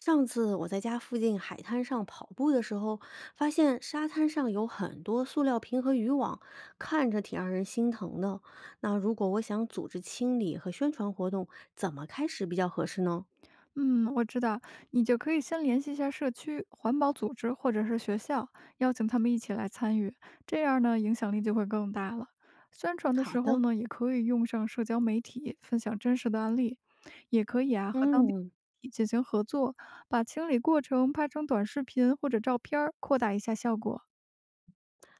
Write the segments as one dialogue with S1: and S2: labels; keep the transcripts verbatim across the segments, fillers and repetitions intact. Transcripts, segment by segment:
S1: 上次我在家附近海滩上跑步的时候，发现沙滩上有很多塑料瓶和渔网，看着挺让人心疼的。那如果我想组织清理和宣传活动，怎么开始比较合适呢？
S2: 嗯，我知道，你就可以先联系一下社区环保组织或者是学校，邀请他们一起来参与，这样呢影响力就会更大了。宣传的
S1: 好
S2: 时候
S1: 的，
S2: 呢，也可以用上社交媒体分享真实的案例，也可以啊和当地
S1: 嗯，
S2: 进行合作，把清理过程拍成短视频或者照片儿，扩大一下效果。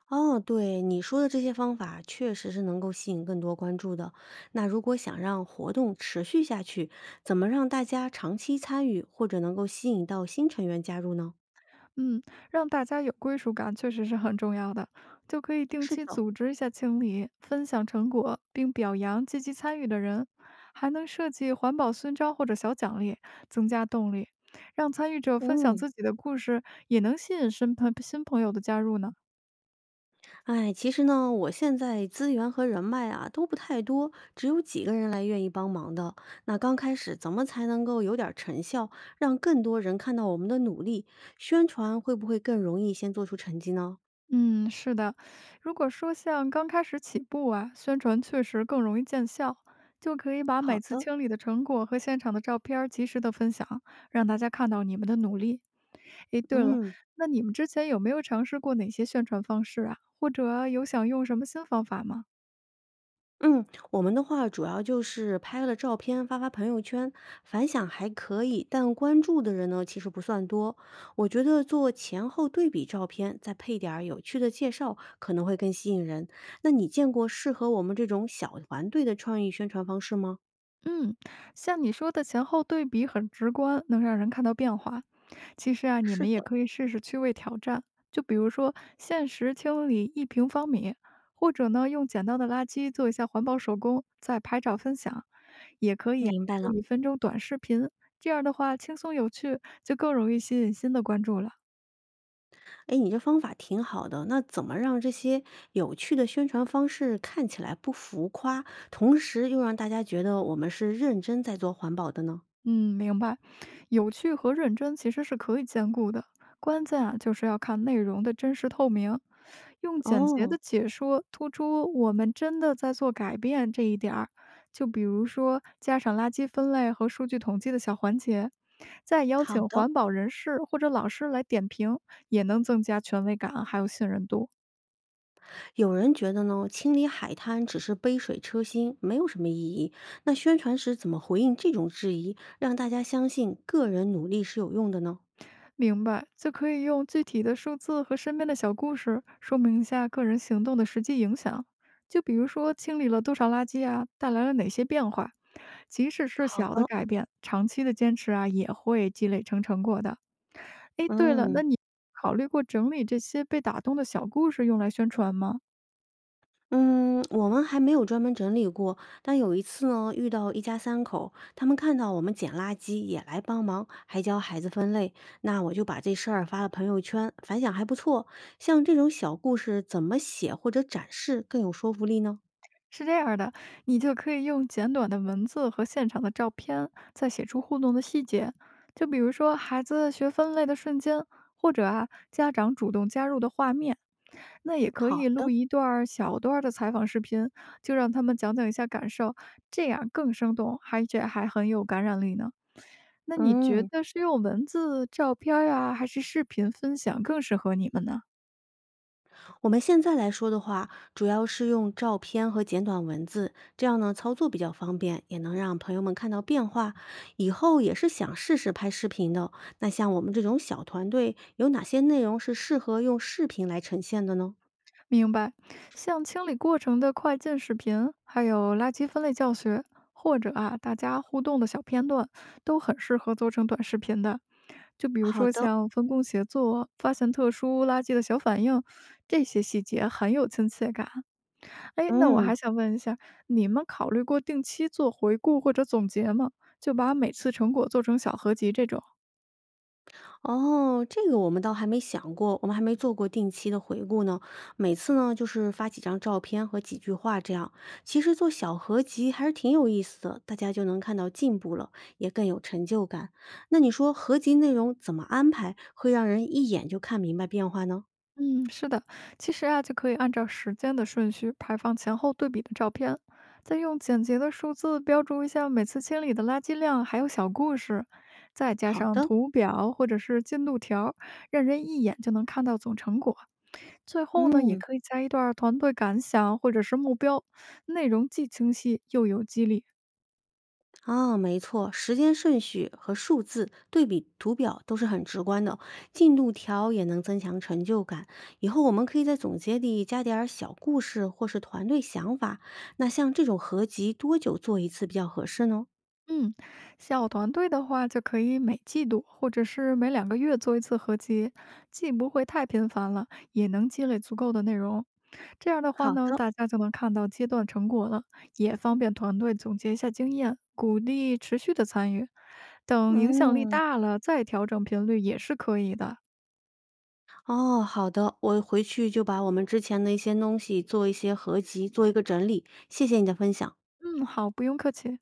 S1: 哦，对，你说的这些方法确实是能够吸引更多关注的。那如果想让活动持续下去，怎么让大家长期参与，或者能够吸引到新成员加入呢？
S2: 嗯，让大家有归属感确实是很重要的，就可以定
S1: 是
S2: 期
S1: 的，
S2: 组织一下清理，分享成果，并表扬积极参与的人，还能设计环保勋章或者小奖励，增加动力，让参与者分享
S1: 嗯。
S2: 自己的故事，也能吸引新朋新朋友的加入呢。
S1: 哎，其实呢，我现在资源和人脉啊都不太多，只有几个人来愿意帮忙的。那刚开始怎么才能够有点儿成效，让更多人看到我们的努力？宣传会不会更容易先做出成绩呢？
S2: 嗯，是的。如果说像刚开始起步啊，宣传确实更容易见效，就可以把
S1: 好
S2: 每次
S1: 的，
S2: 清理的成果和现场的照片儿及时的分享，让大家看到你们的努力。诶，对了，
S1: 嗯。
S2: 那你们之前有没有尝试过哪些宣传方式啊？或者有想用什么新方法吗？
S1: 嗯，我们的话主要就是拍了照片发发朋友圈，反响还可以，但关注的人呢其实不算多。我觉得做前后对比照片，再配点儿有趣的介绍，可能会更吸引人。那你见过适合我们这种小团队的创意宣传方式吗？
S2: 嗯，像你说的前后对比很直观，能让人看到变化。其实啊，你
S1: 是
S2: 们也
S1: 的，
S2: 可以试试趣味挑战，就比如说限时清理一平方米，或者呢用捡到的垃圾做一下环保手工，再拍照分享。也可以啊
S1: 明白
S2: 做
S1: 了。
S2: 一分钟短视频，这样的话轻松有趣，就更容易吸引新的关注了。
S1: 哎，你这方法挺好的。那怎么让这些有趣的宣传方式看起来不浮夸，同时又让大家觉得我们是认真在做环保的呢？
S2: 嗯，明白。有趣和认真其实是可以兼顾的，关键啊就是要看内容的真实透明，用简洁
S1: 哦，
S2: 的解说突出我们真的在做改变这一点儿。就比如说加上垃圾分类和数据统计的小环节，再邀
S1: 好
S2: 请
S1: 的。
S2: 环保人士或者老师来点评，也能增加权威感还有信任度。
S1: 有人觉得呢，清理海滩只是杯水车薪，没有什么意义。那宣传时怎么回应这种质疑，让大家相信个人努力是有用的呢？
S2: 明白，就可以用具体的数字和身边的小故事说明一下个人行动的实际影响。就比如说清理了多少垃圾啊，带来了哪些变化。即使是
S1: 好
S2: 小的
S1: 的，
S2: 改变，长期的坚持啊，也会积累成成果的。诶，对了，
S1: 嗯
S2: 那你考虑过整理这些被打动的小故事用来宣传吗？
S1: 嗯，我们还没有专门整理过，但有一次呢，遇到一家三口，他们看到我们捡垃圾也来帮忙，还教孩子分类。那我就把这事儿发了朋友圈，反响还不错。像这种小故事，怎么写或者展示更有说服力呢？
S2: 是这样的，你就可以用简短的文字和现场的照片，再写出互动的细节，就比如说孩子学分类的瞬间，或者啊家长主动加入的画面。那也可
S1: 好
S2: 以录
S1: 的。
S2: 一段儿小段儿的采访视频，就让他们讲讲一下感受，这样更生动，而且还很有感染力呢。那你觉
S1: 嗯。
S2: 得是用文字、照片儿啊，还是视频分享更适合你们呢？
S1: 我们现在来说的话，主要是用照片和简短文字，这样呢操作比较方便，也能让朋友们看到变化。以后也是想试试拍视频的。那像我们这种小团队，有哪些内容是适合用视频来呈现的呢？
S2: 明白，像清理过程的快进视频，还有垃圾分类教学，或者啊大家互动的小片段，都很适合做成短视频的。就比如
S1: 好
S2: 说
S1: 的，
S2: 像分工协作、发现特殊垃圾的小反应，这些细节很有亲切感。哎，那我
S1: 嗯。
S2: 还想问一下，你们考虑过定期做回顾或者总结吗？就把每次成果做成小合集这种。
S1: 哦，这个我们倒还没想过，我们还没做过定期的回顾呢。每次呢，就是发几张照片和几句话这样。其实做小合集还是挺有意思的，大家就能看到进步了，也更有成就感。那你说合集内容怎么安排，会让人一眼就看明白变化呢？
S2: 嗯，是的，其实啊，就可以按照时间的顺序排放前后对比的照片，再用简洁的数字标注一下每次清理的垃圾量，还有小故事，再加
S1: 好
S2: 上
S1: 的，
S2: 图表或者是进度条儿让人一眼就能看到总成果。最后呢，也
S1: 嗯。
S2: 可以加一段儿团队感想或者是目标，内容既清晰又有激励。
S1: 哦，没错，时间顺序和数字对比图表都是很直观的，进度条也能增强成就感。以后我们可以在总结里加点儿小故事或是团队想法。那像这种合集，多久做一次比较合适呢？
S2: 嗯，小团队的话，就可以每季度或者是每两个月做一次合集，既不会太频繁了，也能积累足够的内容。这样的话
S1: 好
S2: 呢，
S1: 的，
S2: 大家就能看到阶段成果了，也方便团队总结一下经验，鼓励持续的参与。等影响力
S1: 嗯，
S2: 大了，再调整频率也是可以的。
S1: 哦，好的，我回去就把我们之前的一些东西做一些合集，做一个整理。谢谢你的分享。
S2: 嗯，好，不用客气。